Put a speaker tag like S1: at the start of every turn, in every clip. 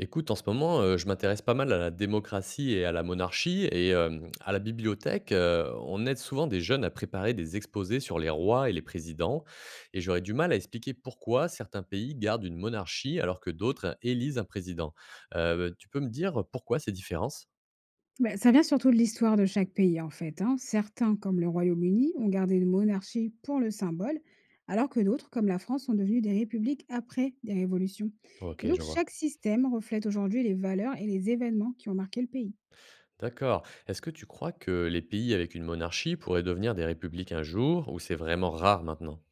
S1: Écoute, en ce moment, je m'intéresse pas mal à la démocratie et à la monarchie et à la bibliothèque, on aide souvent des jeunes à préparer des exposés sur les rois et les présidents et j'aurais du mal à expliquer pourquoi certains pays gardent une monarchie alors que d'autres élisent un président. Tu peux me dire pourquoi ces différences?
S2: Bah, ça vient surtout de l'histoire de chaque pays, en fait. Hein. Certains, comme le Royaume-Uni, ont gardé une monarchie pour le symbole, alors que d'autres, comme la France, sont devenus des républiques après des révolutions. Et
S1: OK,
S2: donc,
S1: je vois.
S2: chaque système reflète aujourd'hui les valeurs et les événements qui ont marqué le pays.
S1: D'accord. Est-ce que tu crois que les pays avec une monarchie pourraient devenir des républiques un jour ou c'est vraiment rare maintenant?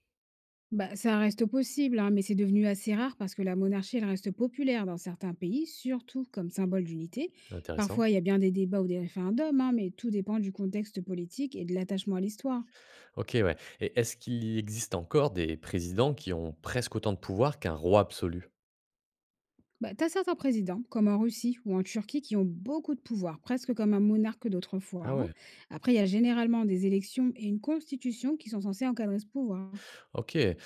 S2: Bah, ça reste possible, hein, mais c'est devenu assez rare parce que la monarchie elle reste populaire dans certains pays, surtout comme symbole d'unité.
S1: Intéressant.
S2: Parfois, il y a bien des débats ou des référendums, hein, mais tout dépend du contexte politique et de l'attachement à l'histoire.
S1: OK, ouais. Et est-ce qu'il existe encore des présidents qui ont presque autant de pouvoir qu'un roi absolu?
S2: Bah, tu certains présidents, comme en Russie ou en Turquie, qui ont beaucoup de pouvoir, presque comme un monarque d'autrefois.
S1: Ah
S2: Hein.
S1: ouais,
S2: Après, il y a généralement des élections et une constitution qui sont censées encadrer ce pouvoir.
S1: OK. Et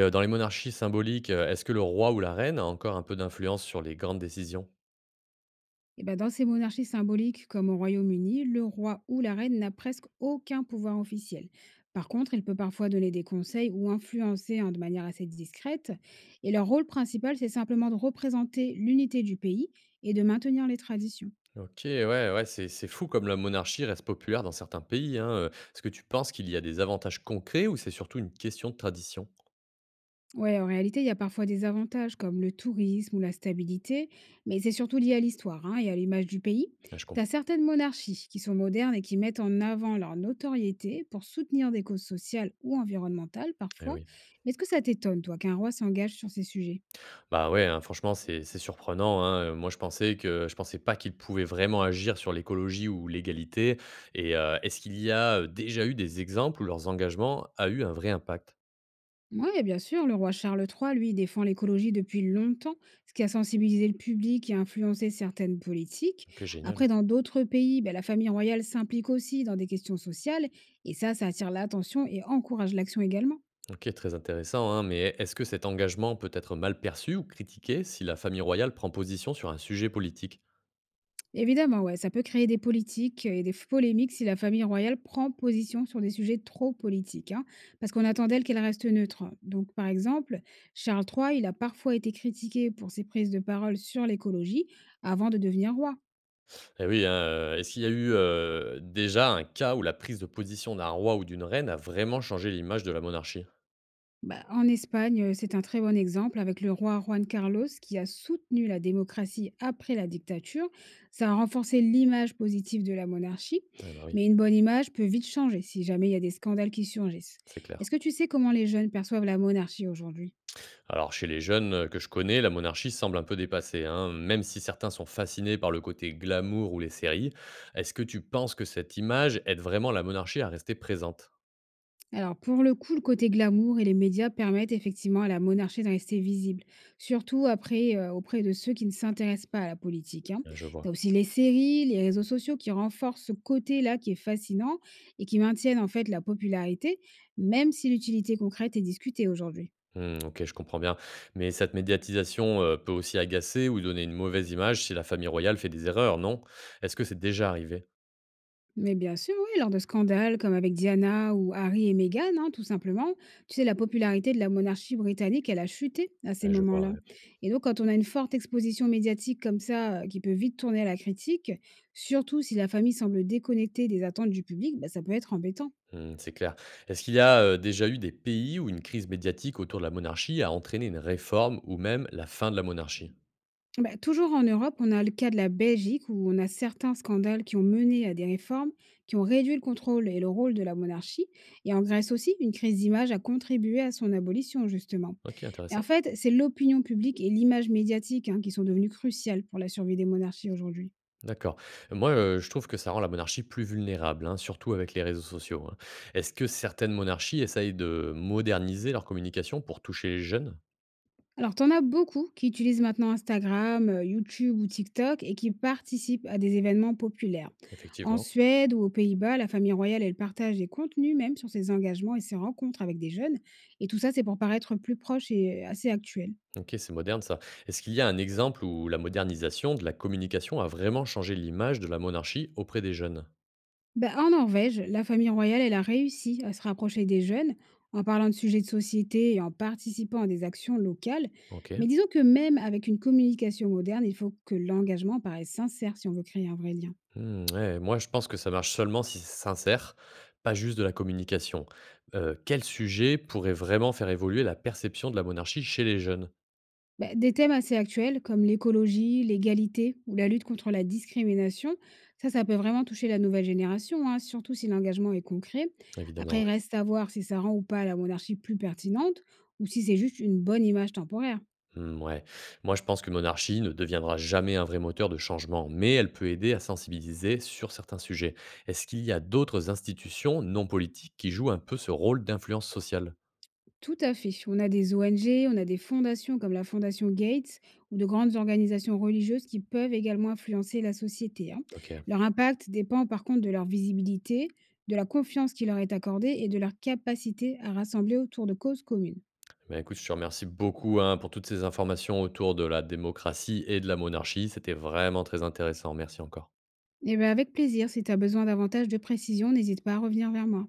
S1: dans les monarchies symboliques, est-ce que le roi ou la reine a encore un peu d'influence sur les grandes décisions?
S2: Et ben, dans ces monarchies symboliques, comme au Royaume-Uni, le roi ou la reine n'a presque aucun pouvoir officiel. Par contre, il peut parfois donner des conseils ou influencer, hein, de manière assez discrète. Et leur rôle principal, c'est simplement de représenter l'unité du pays et de maintenir les traditions.
S1: OK, ouais, ouais, c'est fou comme la monarchie reste populaire dans certains pays, hein. Est-ce que tu penses qu'il y a des avantages concrets ou c'est surtout une question de tradition?
S2: Ouais, en réalité, il y a parfois des avantages comme le tourisme ou la stabilité, mais c'est surtout lié à l'histoire, hein, et à l'image du pays.
S1: Ah, je
S2: Tu as
S1: comprends.
S2: certaines monarchies qui sont modernes et qui mettent en avant leur notoriété pour soutenir des causes sociales ou environnementales
S1: Eh
S2: parfois.
S1: oui.
S2: Mais est-ce que ça t'étonne, toi, qu'un roi s'engage sur ces sujets?
S1: Bah, ouais, hein, franchement, c'est surprenant, hein, moi, je pensais pas qu'il pouvait vraiment agir sur l'écologie ou l'égalité et est-ce qu'il y a, déjà eu des exemples où leurs engagements a eu un vrai impact?
S2: Oui, bien sûr, le roi Charles III, lui, défend l'écologie depuis longtemps, ce qui a sensibilisé le public et influencé certaines politiques.
S1: OK,
S2: Après,
S1: génial.
S2: dans d'autres pays, ben, la famille royale s'implique aussi dans des questions sociales, et ça attire l'attention et encourage l'action également.
S1: OK, très intéressant, hein, mais est-ce que cet engagement peut être mal perçu ou critiqué si la famille royale prend position sur un sujet politique?
S2: Évidemment, ouais, ça peut créer des politiques et des polémiques si la famille royale prend position sur des sujets trop politiques, hein, parce qu'on attend d'elle qu'elle reste neutre. Donc, par exemple, Charles III, il a parfois été critiqué pour ses prises de parole sur l'écologie avant de devenir roi.
S1: Eh oui, hein, est-ce qu'il y a eu, déjà un cas où la prise de position d'un roi ou d'une reine a vraiment changé l'image de la monarchie?
S2: Bah, en Espagne, c'est un très bon exemple avec le roi Juan Carlos qui a soutenu la démocratie après la dictature. Ça a renforcé l'image positive de la monarchie,
S1: Ah bah, oui,
S2: mais une bonne image peut vite changer si jamais il y a des scandales qui surgissent.
S1: c'est clair.
S2: Est-ce que tu sais comment les jeunes perçoivent la monarchie aujourd'hui?
S1: Alors, chez les jeunes que je connais, la monarchie semble un peu dépassée, hein. Même si certains sont fascinés par le côté glamour ou les séries, est-ce que tu penses que cette image aide vraiment la monarchie à rester présente?
S2: Alors, pour le coup, le côté glamour et les médias permettent effectivement à la monarchie de rester visible, surtout après, auprès de ceux qui ne s'intéressent pas à la politique. Hein.
S1: Ah, je
S2: Tu
S1: vois.
S2: as aussi les séries, les réseaux sociaux qui renforcent ce côté-là qui est fascinant et qui maintiennent en fait la popularité, même si l'utilité concrète est discutée aujourd'hui.
S1: Hmm, ok, je comprends bien. Mais cette médiatisation peut aussi agacer ou donner une mauvaise image si la famille royale fait des erreurs, non? Est-ce que c'est déjà arrivé?
S2: Mais bien sûr, oui, lors de scandales comme avec Diana ou Harry et Meghan, hein, tout simplement, tu sais, la popularité de la monarchie britannique, elle a chuté à ces
S1: Ah, je vois,
S2: moments-là.
S1: ouais.
S2: Et donc, quand on a une forte exposition médiatique comme ça, qui peut vite tourner à la critique, surtout si la famille semble déconnectée des attentes du public, bah, ça peut être embêtant.
S1: Hmm, c'est clair. Est-ce qu'il y a déjà eu des pays où une crise médiatique autour de la monarchie a entraîné une réforme ou même la fin de la monarchie?
S2: Bah, toujours en Europe, on a le cas de la Belgique où on a certains scandales qui ont mené à des réformes, qui ont réduit le contrôle et le rôle de la monarchie. Et en Grèce aussi, une crise d'image a contribué à son abolition, justement.
S1: Ok,
S2: Mais
S1: intéressant.
S2: en fait, c'est l'opinion publique et l'image médiatique, hein, qui sont devenues cruciales pour la survie des monarchies aujourd'hui.
S1: D'accord. Moi, je trouve que ça rend la monarchie plus vulnérable, hein, surtout avec les réseaux sociaux, hein. Est-ce que certaines monarchies essayent de moderniser leur communication pour toucher les jeunes?
S2: Alors, t'en as beaucoup qui utilisent maintenant Instagram, YouTube ou TikTok et qui participent à des événements populaires. En
S1: Effectivement.
S2: Suède ou aux Pays-Bas, la famille royale, elle partage des contenus même sur ses engagements et ses rencontres avec des jeunes et tout ça, c'est pour paraître plus proche et assez actuel.
S1: OK, c'est moderne ça. Est-ce qu'il y a un exemple où la modernisation de la communication a vraiment changé l'image de la monarchie auprès des jeunes?
S2: Ben en Norvège, la famille royale, elle a réussi à se rapprocher des jeunes en parlant de sujets de société et en participant à des actions locales.
S1: OK.
S2: Mais disons que même avec une communication moderne, il faut que l'engagement paraisse sincère si on veut créer un vrai lien.
S1: Mmh, ouais, moi je pense que ça marche seulement si c'est sincère, pas juste de la communication. Quel sujet pourrait vraiment faire évoluer la perception de la monarchie chez les jeunes?
S2: Bah, des thèmes assez actuels comme l'écologie, l'égalité ou la lutte contre la discrimination, ça peut vraiment toucher la nouvelle génération, hein, surtout si l'engagement est concret.
S1: Évidemment,
S2: Après, il
S1: ouais.
S2: reste à voir si ça rend ou pas la monarchie plus pertinente ou si c'est juste une bonne image temporaire.
S1: Mmh, ouais. Moi, je pense que Monarchie ne deviendra jamais un vrai moteur de changement, mais elle peut aider à sensibiliser sur certains sujets. Est-ce qu'il y a d'autres institutions non politiques qui jouent un peu ce rôle d'influence sociale?
S2: Tout à fait. On a des ONG, on a des fondations comme la Fondation Gates ou de grandes organisations religieuses qui peuvent également influencer la société. Hein.
S1: Ok.
S2: Leur impact dépend par contre de leur visibilité, de la confiance qui leur est accordée et de leur capacité à rassembler autour de causes communes.
S1: Ben écoute, je te remercie beaucoup hein, pour toutes ces informations autour de la démocratie et de la monarchie. C'était vraiment très intéressant. Merci encore.
S2: Et bien avec plaisir, si tu as besoin davantage de précision, n'hésite pas à revenir vers moi.